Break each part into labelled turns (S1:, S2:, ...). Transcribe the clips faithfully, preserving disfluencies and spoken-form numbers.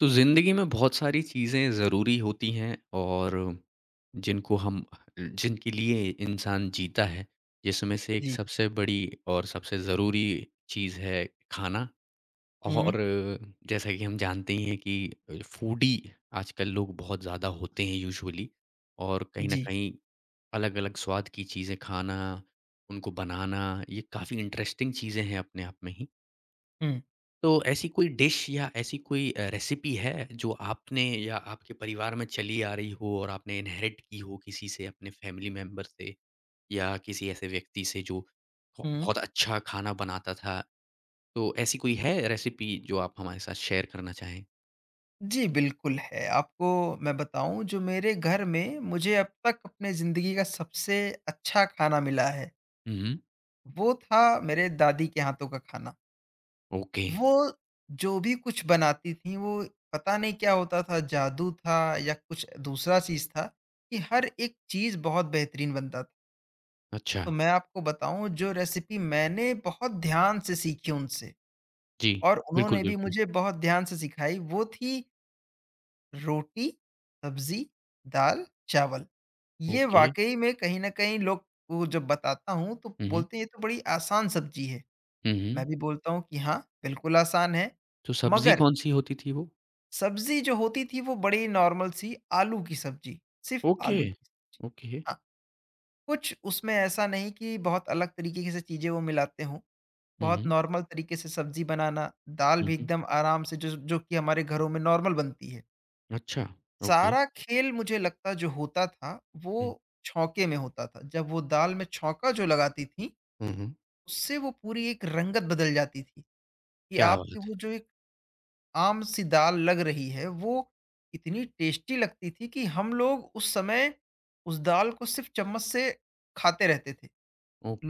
S1: तो ज़िंदगी में बहुत सारी चीज़ें ज़रूरी होती हैं और जिनको हम जिनके लिए इंसान जीता है जिसमें से एक
S2: जी।
S1: सबसे बड़ी और सबसे ज़रूरी चीज़ है खाना
S2: हुँ।
S1: और जैसा कि हम जानते ही हैं कि फूडी आजकल लोग बहुत ज़्यादा होते हैं यूजुअली और कहीं न
S2: जी।
S1: कहीं अलग-अलग स्वाद की चीज़ें खाना, उनको बनाना, ये काफ़ी इंटरेस्टिंग चीज़ें हैं अपने आप में ही।
S2: हुँ,
S1: तो ऐसी कोई डिश या ऐसी कोई अ, रेसिपी है जो आपने या आपके परिवार में चली आ रही हो और आपने इनहेरिट की हो किसी से, अपने फैमिली मेंबर से या किसी ऐसे व्यक्ति से जो ब
S2: हुँ।
S1: बहुत अच्छा खाना बनाता था? तो ऐसी कोई है रेसिपी जो आप हमारे साथ शेयर करना चाहें?
S2: जी, बिल्कुल है। आपको मैं बताऊँ जो मेरे घर में मुझे अब तक अपने ज़िंदगी का सबसे अच्छा खाना मिला है,
S1: हुँ, हुँ।
S2: वो था मेरे दादी के हाथों का खाना।
S1: ओके,
S2: वो जो भी कुछ बनाती थीं वो पता नहीं क्या होता था, जादू था या कुछ दूसरा चीज़ था कि हर एक चीज़ बहुत बेहतरीन बनता था।
S1: अच्छा।
S2: तो मैं आपको बताऊँ जो रेसिपी मैंने बहुत ध्यान से सीखी उनसे
S1: जी,
S2: और
S1: बिल्कुल,
S2: उन्होंने भी
S1: बिल्कुल।
S2: मुझे बहुत ध्यान से सिखाई वो थी रोटी, सब्ज़ी, दाल, चावल। ये
S1: ओके।
S2: वाक़ई में कहीं न कहीं लोग को जब बताता हूँ तो
S1: हुँ, हुँ।
S2: बोलते हैं ये तो बड़ी आसान सब्ज़ी है।
S1: हुँ,
S2: मैं
S1: हुँ।
S2: भी बोलता हूँ कि हाँ, बिल्कुल आसान है।
S1: तो सब्ज़ी
S2: मगर
S1: कौन-सी होती थी वो?
S2: सब्ज़ी जो होती थी वो बड़ी नॉर्मल सी आलू की सब्ज़ी, सिर्फ़
S1: ओके,
S2: आलू की सब्ज़ी।
S1: ओके।
S2: हाँ, कुछ उसमें ऐसा नहीं कि बहुत अलग तरीके से चीज़ें वो मिलाते हों।
S1: हुँ,
S2: बहुत
S1: हुँ।
S2: नॉर्मल तरीके से सब्ज़ी बनाना, दाल
S1: हुँ,
S2: भी
S1: हुँ।
S2: एकदम आराम से जो जो कि हमारे घरों में नॉर्मल बनती है।
S1: अच्छा, ओके।
S2: सारा खेल मुझे लगता जो होता था,
S1: हुँ,
S2: वो छौके में होता था। जब वो दाल में छौंका जो लगाती थीं,
S1: हुँ, हुँ।
S2: उससे वो पूरी एक रंगत बदल जाती थी, कि
S1: क्या
S2: आपकी
S1: बात है!
S2: वो जो एक आम-सी दाल लग रही है, वो इतनी टेस्टी लगती थी कि हम लोग उस समय उस दाल को सिर्फ़ चम्मच से खाते रहते थे।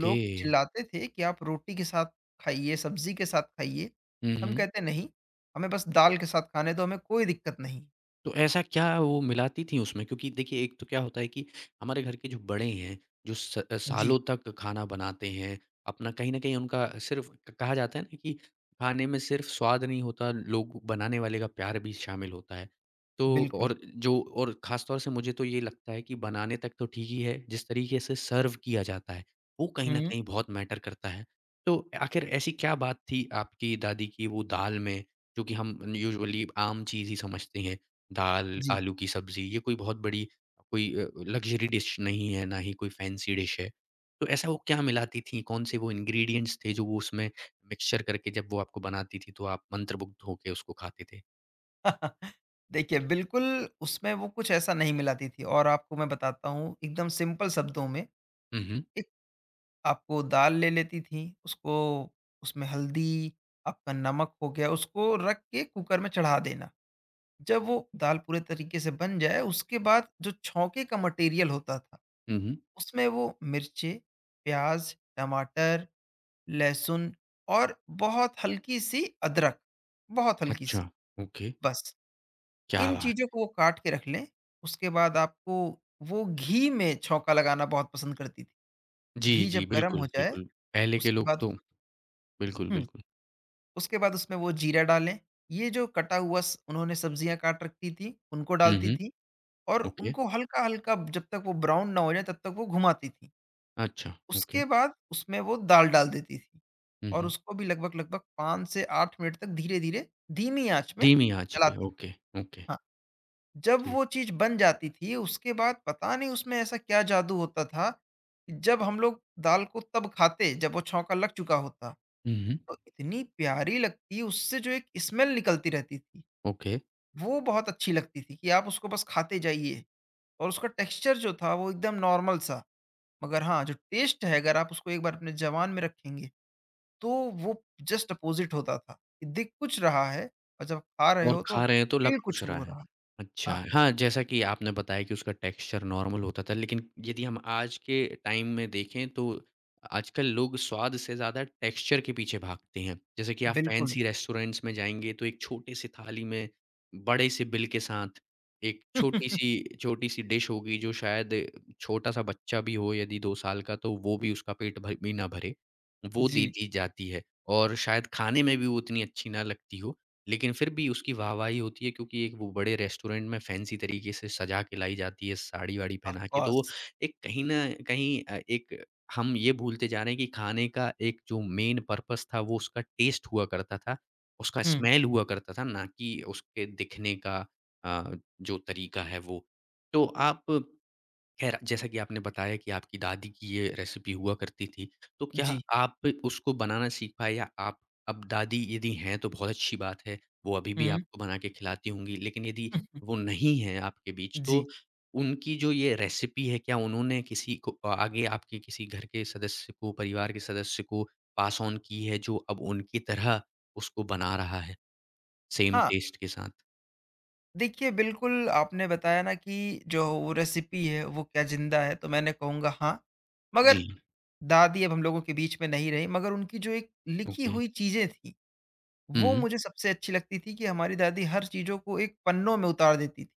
S2: लोग चिल्लाते थे कि आप रोटी के साथ खाइए, सब्ज़ी के साथ खाइए।
S1: Uh
S2: हम
S1: huh.
S2: कहते नहीं, हमें बस दाल के साथ खाने दो, हमें कोई दिक्कत नहीं।
S1: तो ऐसा क्या वो मिलाती थीं उसमें? क्योंकि देखिए, एक तो क्या होता है कि हमारे घर के जो बड़े हैं, जो स
S2: जी,
S1: सालों तक खाना बनाते हैं, अपना कहीं न कहीं उनका सिर्फ़ कहा जाता है ना कि खाने में सिर्फ़ स्वाद नहीं होता, लोग बनाने वाले का प्यार भी शामिल होता है। तो
S2: बिल्कुल।
S1: और जो और ख़ास तौर से मुझे तो ये लगता है कि बनाने तक तो ठीक ही है, जिस तरीके से सर्व किया जाता है, वो कहीं न
S2: हुँ,
S1: कहीं बहुत मैटर करता है। तो आखिर ऐसी क्या बात थी आपकी दादी की वो दाल में, जो कि हम यूजुअली आम चीज़ ही समझते हैं? दाल,
S2: जी।
S1: आलू की सब्ज़ी ये कोई बहुत बड़ी कोई अ, लग्ज़री डिश नहीं है, ना ही कोई फैंसी डिश है। तो ऐसा वो क्या मिलाती थीं? कौन-से वो इंग्रीडिएंट्स थे जो वो उसमें मिक्सचर करके जब वो आपको बनाती थीं तो आप मंत्रमुग्ध होके उसको खाते थे?
S2: देखिए, बिल्कुल उसमें वो कुछ ऐसा नहीं मिलाती थी और आपको मैं बताता हूँ एकदम सिंपल शब्दों में,
S1: हुँ, हुँ।
S2: एक आपको दाल ले लेती थीं, उसको उसमें हल्दी, आपका नमक हो गया, उसको रख के कुकर में चढ़ा देना। जब वो दाल पूरे तरीके से बन जाए, उसके बाद जो छौंके का मटेरियल होता था,
S1: हुँ, हुँ।
S2: उसमें वो मिर्चें, प्याज़, टमाटर, लहसुन और बहुत हल्की-सी अदरक, बहुत
S1: अच्छा,
S2: हल्की-सी,
S1: ओके।
S2: बस।
S1: क्या
S2: इन
S1: बात!
S2: चीज़ों को वो काट के रख लें, उसके बाद आपको वो घी में छौंका लगाना बहुत पसंद करती थी।
S1: जी,
S2: घी जब
S1: जी,
S2: गरम हो
S1: बिल्कुल,
S2: जाए,
S1: बिल्कुल। पहले के
S2: उसके
S1: लोग
S2: बाद
S1: तो बिल्कुल,
S2: हुँ,
S1: बिल्कुल।
S2: उसके बाद उसमें वो जीरा डालें। ये जो कटा हुआ स उन्होंने सब्जियाँ काट रखी थी, उनको
S1: हुँ,
S2: डालती
S1: हुँ।
S2: थीं और
S1: ओके।
S2: उनको हल्का-हल्का जब तक वो ब्राउन ना हो जाए, तब तक वो घुमाती थीं।
S1: अच्छा,
S2: उसके
S1: ओके।
S2: बाद उसमें वो दाल डाल देती थीं
S1: हुँ,
S2: और
S1: हुँ।
S2: उसको भी लगभग-लगभग पाँच से आठ मिनट तक धीरे-धीरे, धीमी आँच में
S1: धीमी आँच पे
S2: चलाती थीं।
S1: Okay, okay.
S2: हाँ। जब
S1: ठीक।
S2: वो चीज़ बन जाती थी, उसके बाद पता नहीं उसमें ऐसा क्या जादू होता था, कि जब हम लोग दाल को तब खाते जब वो छौंका लग चुका होता।
S1: हुँ, हुँ।
S2: तो इतनी प्यारी लगती, उससे जो एक स्मेल निकलती रहती थी,
S1: ओके।
S2: वो बहुत अच्छी लगती थी कि आप उसको बस खाते जाइए और उसका टेक्सचर जो था वो एकदम नॉर्मल सा। मगर हाँ, जो टेस्ट है अगर आप उसको एक बार अपने ज़बान में रखेंगे, तो वो जस्ट अपोज़िट होता था। कि दिख कुछ रहा है और जब खा रहे
S1: और
S2: हो तो
S1: खा रहे हैं तो
S2: फ़ील
S1: लग कुछ
S2: कुछ
S1: रहा
S2: हो
S1: है।
S2: रहा। हाँ,
S1: अच्छा, हाँ, जैसा कि आपने बताया कि उसका टेक्सचर नॉर्मल होता था, लेकिन यदि हम आज के टाइम में देखें तो आजकल लोग स्वाद से ज़्यादा टेक्सचर के पीछे भागते हैं। जैसे कि आप
S2: बिल्कुल।
S1: फैंसी रेस्टोरेंट्स में जाएँगे तो एक छोटे-से थाली में बड़े से बिल के साथ एक छोटी-सी छोटी-सी डिश होगी जो शायद छोटा-सा बच्चा भी हो यदि दो साल का तो वो भी उसका पेट भर भी ना भरे, वो
S2: जी।
S1: दे दी जाती है और शायद खाने में भी वो उतनी अच्छी ना लगती हो। लेकिन फिर भी उसकी वाहवाही होती है क्योंकि एक वो बड़े रेस्टोरेंट में फैंसी तरीके से सजा के लाई जाती है साड़ी-वाड़ी
S2: ऑफ
S1: पहना के, तो वो
S2: कोर्स।
S1: एक कहीं न कहीं अ, एक हम ये भूलते जा रहे हैं कि खाने का एक जो मेन पर्पस था वो उसका टेस्ट हुआ करता था, उसका
S2: हुँ,
S1: स्मेल हुआ करता था ना कि उसके दिखने का अ, जो तरीका है वो। तो आप ख़ैर, जैसा कि आपने बताया कि आपकी दादी की ये रेसिपी हुआ करती थी, तो क्या
S2: जी।
S1: आप उसको बनाना सीख पाए या आप अब दादी यदि हैं तो बहुत अच्छी बात है, वो अभी भी
S2: हुँ।
S1: आपको बना के खिलाती होंगी। लेकिन यदि वो नहीं हैं आपके बीच
S2: जी।
S1: तो उनकी जो ये रेसिपी है, क्या उन्होंने किसी को अ, आगे आपके किसी घर के सदस्य को, परिवार के सदस्य को पास ऑन की है जो अब उनकी तरह उसको बना रहा है, सेम
S2: हाँ,
S1: टेस्ट के साथ?
S2: देखिए बिल्कुल आपने बताया ना कि जो वो रेसिपी है वो क्या ज़िंदा है? तो मैंने कहूँगा हाँ,
S1: जी,
S2: मगर दादी अब हम लोगों के बीच में नहीं रहीं मगर उनकी जो एक लिखी
S1: ओके।
S2: हुई चीज़ें थीं,
S1: हुँ,
S2: वो
S1: हुँ।
S2: मुझे सबसे अच्छी लगती थी कि हमारी दादी हर चीज़ों को एक पन्नों में उतार देती थी,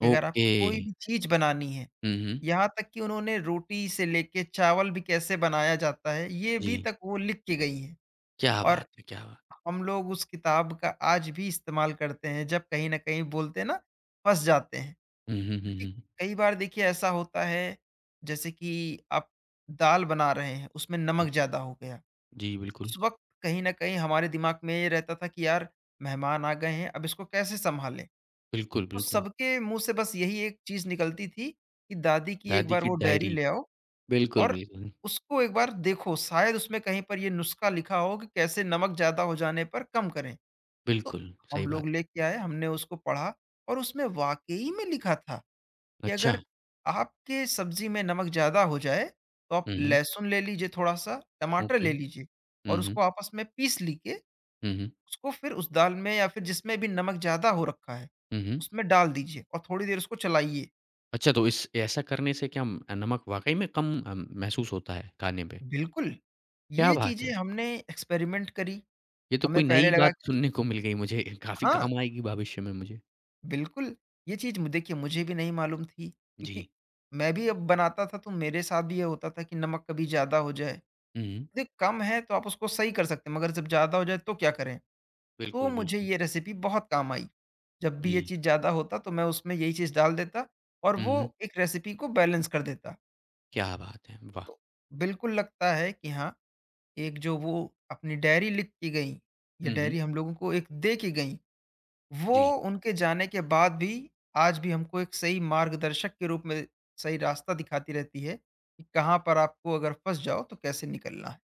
S2: कि अगर आपको
S1: ओके।
S2: कोई भी चीज़ बनानी है,
S1: हुँ, हुँ।
S2: यहाँ तक कि उन्होंने रोटी से लेके चावल भी कैसे बनाया जाता है, ये
S1: जी।
S2: भी तक वो लिख के गई हैं।
S1: क्या
S2: और
S1: बात है! क्या बात
S2: हम लोग उस किताब का आज भी इस्तेमाल करते हैं जब कहीं न कहीं बोलते हैं ना फँस जाते हैं।
S1: हुँ, हुँ, हुँ,
S2: क्योंकि
S1: हुँ,
S2: कई बार देखिए ऐसा होता है जैसे कि आप दाल बना रहे हैं, उसमें
S1: हुँ।
S2: नमक ज़्यादा हो गया।
S1: जी,
S2: उस
S1: बिल्कुल।
S2: वक़्त कहीं न कहीं हमारे दिमाग में ये रहता था कि यार मेहमान आ गए हैं, अब इसको कैसे सँभालें?
S1: बिल्कुल,
S2: तो
S1: बिल्कुल।
S2: सबके मुँह से बस यही एक चीज़ निकलती थी कि दादी की एक
S1: दादी
S2: बार
S1: की
S2: वो डायरी
S1: डायरी।
S2: ले आओ
S1: बिल्कुल,
S2: और
S1: बिल्कुल।
S2: उसको एक बार देखो शायद उसमें कहीं पर ये नुस्खा लिखा हो कि कैसे नमक ज़्यादा हो जाने पर कम करें। तो
S1: बिल्कुल, सही
S2: हम लोग
S1: बात है।
S2: लेके आए, हमने उसको पढ़ा और उसमें वाक़ई में लिखा था कि
S1: अच्छा।
S2: अगर आपके सब्ज़ी में नमक ज़्यादा हो जाए, तो आप
S1: हुँ, हुँ।
S2: लहसुन ले लीजिए थोड़ा-सा, टमाटर
S1: ओके।
S2: ले लीजिए
S1: हुँ,
S2: और
S1: हुँ।
S2: उसको आपस में पीस लीके,
S1: हुँ, हुँ।
S2: उसको फिर उस दाल में या फिर जिसमें भी नमक ज़्यादा हो रखा है,
S1: हुँ, हुँ।
S2: उसमें डाल दीजिए और थोड़ी देर उसको चलाइए।
S1: अच्छा तो इस ऐसा करने से क्या म नमक वाक़ई में कम अ, महसूस होता है खाने पे?
S2: बिल्कुल,
S1: क्या
S2: ये
S1: बात
S2: चीज़ें
S1: है!
S2: हमने एक्सपेरिमेंट करी,
S1: ये तो
S2: हमें
S1: कोई
S2: पहले
S1: नई
S2: लगा
S1: बात
S2: कि
S1: सुनने को मिल गई मुझे। काफ़ी
S2: हाँ।
S1: काम आएगी भविष्य में मुझे।
S2: बिल्कुल, ये चीज़ मु देखिए मुझे भी नहीं मालूम थी
S1: जी।
S2: क्योंकि मैं भी अब बनाता था, तो मेरे साथ भी ये होता था कि नमक कभी ज़्यादा हो जाए।
S1: हुँ, हुँ।
S2: यदि कम है तो आप उसको सही कर सकते हैं, मगर जब ज़्यादा हो जाए तो क्या करें? तो
S1: बिल्कुल,
S2: मुझे
S1: बिल्कुल।
S2: ये रेसिपी बहुत काम आई। जब भी ये
S1: जी।
S2: चीज़ ज़्यादा होता तो मैं उसमें यही चीज़ डाल देता और
S1: हुँ,
S2: वो
S1: हुँ।
S2: एक रेसिपी को बैलेंस कर देता।
S1: क्या बात है! वाह!
S2: तो बिल्कुल लगता है कि हाँ, एक जो वो अपनी डायरी लिख के गईं, या
S1: हुँ, हुँ।
S2: डायरी हम लोगों को एक दे के गईं वो
S1: जी।
S2: उनके जाने के बाद भी आज भी हमको एक सही मार्गदर्शक के रूप में सही रास्ता दिखाती रहती है कि कहाँ पर आपको अगर फँस जाओ तो कैसे निकलना है।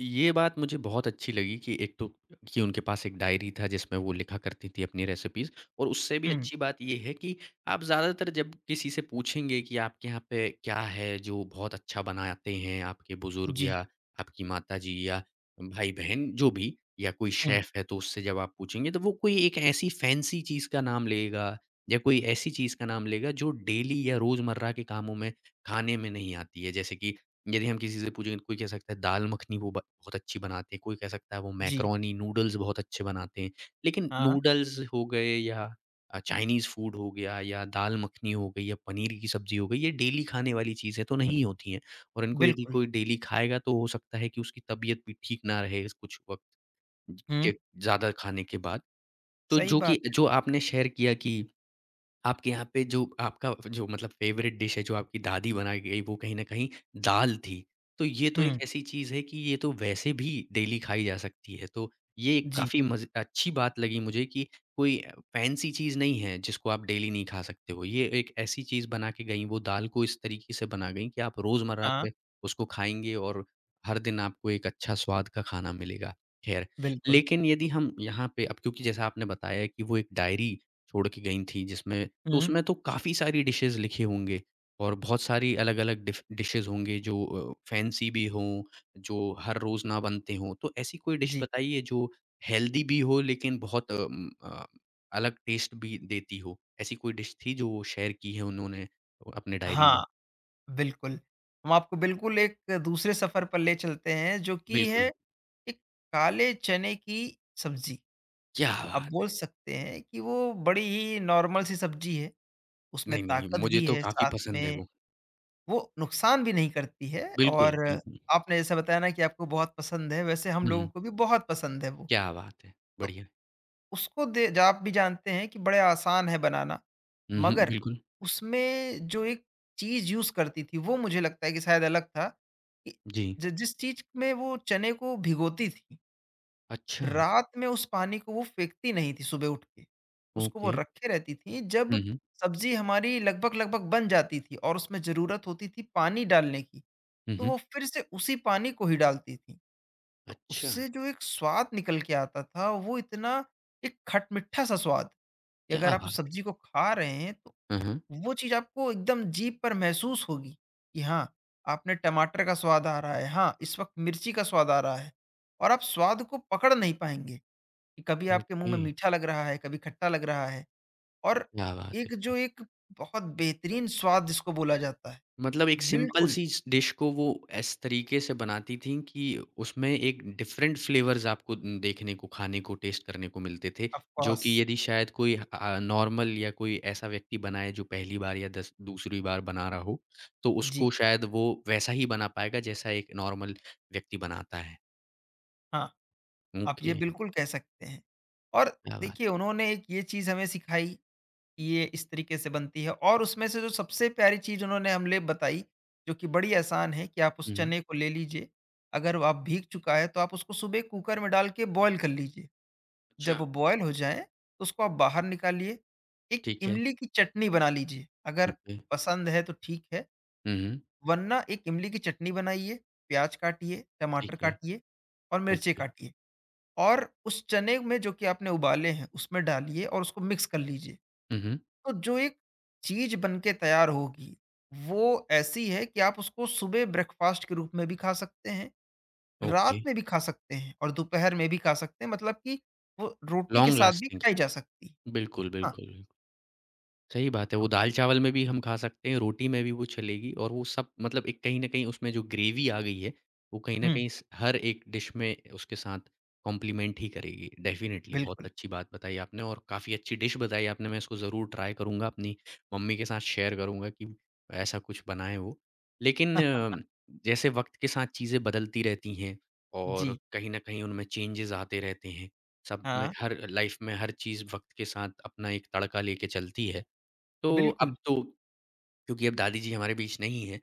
S1: ये बात मुझे बहुत अच्छी लगी कि एक तो कि उनके पास एक डायरी था जिसमें वो लिखा करती थी अपनी रेसिपीज़ और उससे भी
S2: हुँ।
S1: अच्छी बात ये है कि आप ज़्यादातर जब किसी से पूछेंगे कि आपके यहाँ पे क्या है जो बहुत अच्छा बनाते हैं आपके बुज़ुर्ग
S2: जी।
S1: या आपकी माताजी या भाई-बहन जो भी या कोई
S2: हुँ।
S1: शेफ़ है तो उससे जब आप पूछेंगे तो वो कोई एक ऐसी फैंसी चीज़ का नाम लेगा या कोई ऐसी चीज़ का नाम लेगा जो डेली या रोज़मर्रा के कामों में खाने में नहीं आती है। जैसे कि यदि हम किसी से पूछेंगे तो कोई कह सकता है दाल मखनी वो ब बहुत अच्छी बनाते हैं, कोई कह सकता है वो
S2: जी।
S1: मैकरोनी, नूडल्स बहुत अच्छे बनाते हैं। लेकिन
S2: हाँ।
S1: नूडल्स हो गए या अ, चाइनीज़ फूड हो गया या दाल मखनी हो गई या पनीर की सब्ज़ी हो गई, ये डेली खाने वाली चीज़ें तो नहीं होती हैं और इनको यदि
S2: बिल्कुल।
S1: कोई डेली खाएगा तो हो सकता है कि उसकी तबीयत भी ठीक ना रहे इस कुछ वक़्त
S2: हुँ।
S1: के ज़्यादा खाने के बाद। तो
S2: सही
S1: जो कि
S2: बात
S1: जो आपने शेयर किया कि आपके यहाँ पे जो आपका जो मतलब फ़ेवरेट डिश है, जो आपकी दादी बनाई गई, वो कहीं न कहीं दाल थी। तो ये
S2: है।
S1: तो एक
S2: हुँ।
S1: ऐसी चीज़ है कि ये तो वैसे भी डेली खाई जा सकती है। तो ये
S2: जी।
S1: काफ़ी मज़े अच्छी बात लगी मुझे कि कोई फैंसी चीज़ नहीं है, जिसको आप डेली नहीं खा सकते हो। ये एक ऐसी चीज़ बना के गईं, वो दाल को इस तरीके से बना गईं कि आप रोज़मर्रा
S2: हाँ।
S1: पे उसको खाएँगे और हर दिन आपको एक अच्छा स्वाद का खाना मिलेगा। ख़ैर,
S2: बिल्कुल।
S1: लेकिन यदि हम यहाँ पे अब क्योंकि जैसा आपने बताया कि वो एक डायरी छोड़ के गईं थीं, जिसमें तो
S2: हुँ।
S1: उसमें तो काफ़ी सारी डिशेज़ लिखे होंगे और बहुत सारी अलग-अलग डिफ डिशेज़ होंगे जो अ, फैंसी भी हों, जो हर रोज़ ना बनते हों। तो ऐसी कोई डिश
S2: जी।
S1: बताइए जो हेल्दी भी हो लेकिन बहुत अम, अ, अलग टेस्ट भी देती हो। ऐसी कोई डिश थी जो शेयर की है उन्होंने अपने डायरी में?
S2: हाँ, बिल्कुल। हम आपको बिल्कुल एक दूसरे सफ़र पर ले चलते हैं जो कि है
S1: बिल्कुल,
S2: एक काले चने की सब्ज़ी।
S1: क्या
S2: आप
S1: बात
S2: बोल
S1: है!
S2: सकते हैं कि वो बड़ी ही नॉर्मल सी सब्ज़ी है। उसमें
S1: नहीं, नहीं,
S2: ताकत
S1: मुझे
S2: भी
S1: तो
S2: है,
S1: काफ़ी
S2: साथ
S1: पसंद है
S2: में
S1: वो।
S2: वो नुकसान भी नहीं करती है
S1: बिल्कुल,
S2: और
S1: बिल्कुल।
S2: आपने जैसा बताया ना कि आपको बहुत पसंद है, वैसे हम
S1: हुँ,
S2: लोगों
S1: हुँ,
S2: को भी बहुत पसंद है वो।
S1: क्या बात है!
S2: तो
S1: बढ़िया।
S2: उसको दे ज आप भी जानते हैं कि बड़े आसान है बनाना,
S1: हुँ, हुँ,
S2: मगर
S1: बिल्कुल।
S2: उसमें जो एक चीज़ यूज़ करती थी, वो मुझे लगता है कि शायद अलग था कि
S1: जी।
S2: ज जिस चीज़ में वो चने को भिगोती थी।
S1: अच्छा,
S2: रात में उस पानी को वो फेंकती नहीं थी सुबह उठ के। उसको वो
S1: ओके।
S2: रखे रहती थी
S1: हुँ,
S2: जब
S1: हुँ,
S2: सब्ज़ी हमारी लगभग-लगभग बन जाती थी और उसमें ज़रूरत होती थी पानी डालने की,
S1: हुँ,
S2: तो
S1: हुँ।
S2: वो फिर से उसी पानी को ही डालती थी। तो
S1: अच्छा।
S2: उससे जो एक स्वाद निकल के आता था वो इतना एक खटमिठा-सा स्वाद कि अगर
S1: क्या
S2: आप उस
S1: बात!
S2: सब्ज़ी को खा रहे हैं तो
S1: हुँ, हुँ।
S2: वो चीज़ आपको एकदम जीभ पर महसूस होगी कि हाँ, आपने टमाटर का स्वाद आ रहा है, हाँ, इस वक़्त मिर्ची का स्वाद आ रहा है और आप स्वाद को पकड़ नहीं पाएँगे। कि कभी आपके मुँह
S1: ओके।
S2: में मीठा लग रहा है, कभी खट्टा लग रहा है और
S1: क्या बात है!
S2: एक
S1: क्या
S2: जो एक बहुत बेहतरीन स्वाद जिसको बोला जाता है।
S1: मतलब एक सिंपल
S2: बिल्कुल,
S1: सी स डिश को वो इस तरीके से बनाती थीं कि उसमें एक डिफरेंट फ्लेवर्स आपको उम, देखने को, खाने को, टेस्ट करने को मिलते थे,
S2: ऑफ़
S1: जो कि
S2: कोर्स।
S1: यदि शायद कोई अ अ, नॉर्मल या कोई ऐसा व्यक्ति बनाए जो पहली बार या दस दूसरी बार बना रहा हो, तो
S2: जी,
S1: उसको शायद वो वैसा ही बना पाएगा जैसा एक नॉर्मल व्यक्ति बनाता है।
S2: हाँ, आप ये
S1: ओके,
S2: बिल्कुल कह सकते हैं। और
S1: क्या बात!
S2: देखिए उन्होंने एक ये चीज़ हमें सिखाई कि ये इस तरीके से बनती है और उसमें से जो सबसे प्यारी चीज़ उन्होंने हमें बताई, जो कि बड़ी आसान है कि आप उस
S1: हुँ, हुँ।
S2: चने को ले लीजिए, अगर आप भीग चुका है तो आप उसको सुबह कुकर में डाल के बॉयल कर लीजिए। जब
S1: अच्छा।
S2: वो बॉयल हो जाएँ, तो उसको आप बाहर निकालिए। एक
S1: ठीक है,
S2: इमली की चटनी बना लीजिए, अगर
S1: ओके।
S2: पसंद है तो ठीक है,
S1: हुँ, हुँ,
S2: वरना एक इमली की चटनी बनाइए, प्याज काटिए,
S1: ठीक
S2: टमाटर
S1: है,
S2: काटिए और मिर्ची
S1: ओके।
S2: काटिए और उस चने में जो कि आपने उबाले हैं, उसमें डालिए और उसको मिक्स कर लीजिए।
S1: हुँ, हुँ,
S2: तो जो एक चीज़ बन के तैयार होगी, वो ऐसी है कि आप उसको सुबह ब्रेकफ़ास्ट के रूप में भी खा सकते हैं,
S1: ओके।
S2: रात में भी खा सकते हैं और दोपहर में भी खा सकते हैं, मतलब कि वो रोटी के
S1: लॉन्ग
S2: साथ भी
S1: लास्टिंग,
S2: खाई जा सकती है।
S1: है। बिल्कुल,
S2: हाँ।
S1: बिल्कुल। सही बात है, वो दाल-चावल में भी हम खा सकते हैं, रोटी में भी वो चलेगी और वो सब मतलब एक कहीं न कहीं उसमें जो ग्रेवी आ गई है, वो कहीं न
S2: हुँ,
S1: कहीं स हर एक डिश में उसके साथ कॉम्प्लीमेंट ही करेगी। डेफ़िनिटली बहुत
S2: बिल्कुल।
S1: अच्छी बात बताई आपने और काफ़ी अच्छी डिश बताई आपने, मैं इसको ज़रूर ट्राई करूँगा, अपनी मम्मी के साथ शेयर करूँगा कि ऐसा कुछ बनाएँ वो। लेकिन
S2: हाँ,
S1: अ, जैसे वक़्त के साथ चीज़ें बदलती रहती हैं और
S2: जी,
S1: कहीं न कहीं उनमें चेंजेज़ आते रहते हैं, सब में
S2: हाँ,
S1: हर लाइफ़ में हर चीज़ वक़्त के साथ अपना एक तड़का लेके चलती है। तो
S2: बिल्कुल।
S1: अब तो क्योंकि अब दादी जी हमारे बीच नहीं हैं,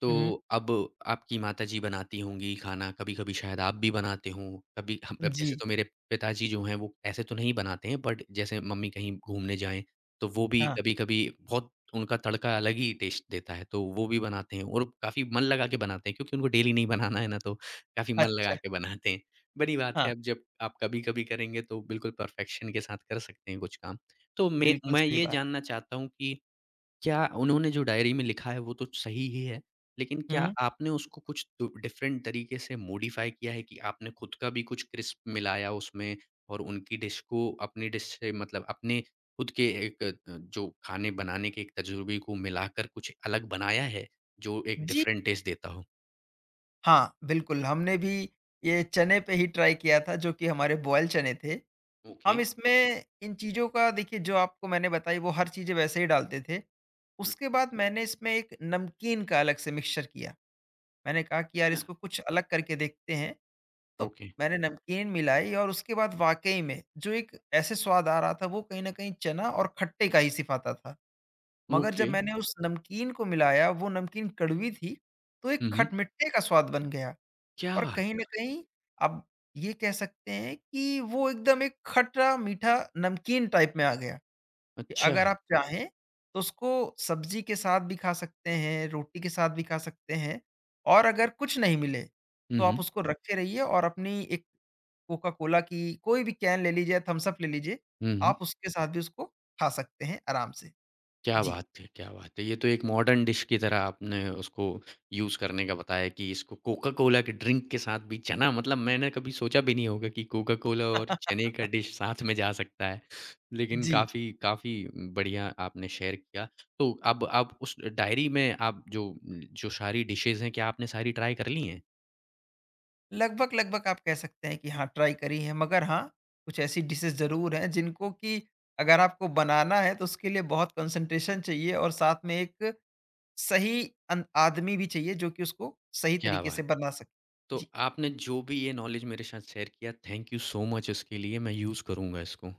S1: तो
S2: हुँ,
S1: अब आपकी माताजी बनाती होंगी खाना, कभी-कभी शायद आप भी बनाते हों, कभी हम अब जैसे
S2: जी,
S1: तो मेरे पिताजी जो हैं, वो ऐसे तो नहीं बनाते हैं, बट जैसे मम्मी कहीं घूमने जाएँ, तो वो भी
S2: हाँ,
S1: कभी-कभी बहुत उनका तड़का अलग ही टेस्ट देता है, तो वो भी बनाते हैं और काफ़ी मन लगा के बनाते हैं क्योंकि उनको डेली नहीं बनाना है ना, तो काफ़ी मन लगा
S2: अच्छा,
S1: के बनाते हैं। बनी बात है,
S2: हाँ,
S1: अब जब आप कभी-कभी करेंगे, तो बिल्कुल परफेक्शन के साथ कर सकते हैं कुछ काम। तो मैं
S2: बिल्कुल
S1: मैं
S2: सही
S1: ये
S2: बात।
S1: जानना चाहता हूँ कि क्या उन्होंने जो डायरी में लिखा है वो तो सही ही है, लेकिन क्या
S2: हुँ,
S1: आपने उसको कुछ दु डिफ़रेंट तरीके से मॉडिफ़ाई किया है कि आपने खुद का भी कुछ क्रिस्प मिलाया उसमें और उनकी डिश को अपनी डिश से मतलब अपने खुद के एक अ, जो खाने बनाने के एक तजुर्बे को मिलाकर कुछ अलग बनाया है, जो एक
S2: जी,
S1: डिफ़रेंट टेस्ट देता हो?
S2: हाँ, बिल्कुल, हमने भी ये चने पे ही ट्राई किया था जो कि हमारे बॉयल चने थे।
S1: ओके।
S2: हम इसमें इन चीज़ों का देखिए जो आपको मैंने बताई वो हर चीज़ें वैसे ही डालते थे।
S1: हुँ।
S2: उसके बाद मैंने इसमें एक नमकीन का अलग से मिक्सचर किया। मैंने कहा कि यार
S1: हाँ।
S2: इसको कुछ अलग करके देखते हैं। तो
S1: ओके,
S2: मैंने नमकीन मिलाई और उसके बाद वाक़ई में जो एक ऐसे स्वाद आ रहा था वो कहीं न कहीं चना और खट्टे का ही सिफ़ाता था। मगर जब
S1: ओके।
S2: मैंने उस नमकीन को मिलाया वो नमकीन कड़वी थी, तो एक
S1: हुँ, हुँ।
S2: खटमिट्ठे का स्वाद बन गया
S1: क्या
S2: और
S1: बात
S2: कहीं न
S1: कर
S2: कहीं आप ये कह सकते हैं कि वो एकदम एक खट्टा मीठा नमकीन टाइप में आ गया कि
S1: अच्छा।
S2: अगर आप चाहें तो उसको सब्ज़ी के साथ भी खा सकते हैं, रोटी के साथ भी खा सकते हैं और अगर कुछ नहीं मिले,
S1: हुँ,
S2: तो
S1: हुँ।
S2: आप उसको रखे रहिए और अपनी एक कोका कोला की कोई भी कैन ले लीजिए या थम्स अप ले लीजिए,
S1: हुँ, हुँ।
S2: आप उसके साथ भी उसको खा सकते हैं आराम से।
S1: क्या
S2: जी।
S1: बात है! क्या बात है! ये तो एक मॉडर्न डिश की तरह आपने उसको यूज़ करने का बताया कि इसको कोका कोला के ड्रिंक के साथ भी चना मतलब मैंने कभी सोचा भी नहीं होगा कि कोका कोला और चने का डिश साथ में जा सकता है। लेकिन
S2: जी,
S1: काफ़ी काफ़ी बढ़िया आपने शेयर किया। तो अब आप उस डायरी में आप जो जो सारी डिशेज़ हैं, क्या आपने सारी ट्राई कर ली हैं?
S2: लगभग-लगभग आप कह सकते हैं कि हाँ, ट्राई करी है मगर हाँ, कुछ ऐसी डिशेज़ ज़रूर हैं जिनको कि अगर आपको बनाना है तो उसके लिए बहुत कंसंट्रेशन चाहिए और साथ में एक सही अन आदमी भी चाहिए जो कि उसको सही
S1: क्या
S2: तरीके से
S1: बात है!
S2: बना सके।
S1: तो
S2: जी।
S1: आपने जो भी ये नॉलेज मेरे साथ शेयर किया, थैंक यू सो मच इसके लिए। मैं यूज़ करूँगा इसको।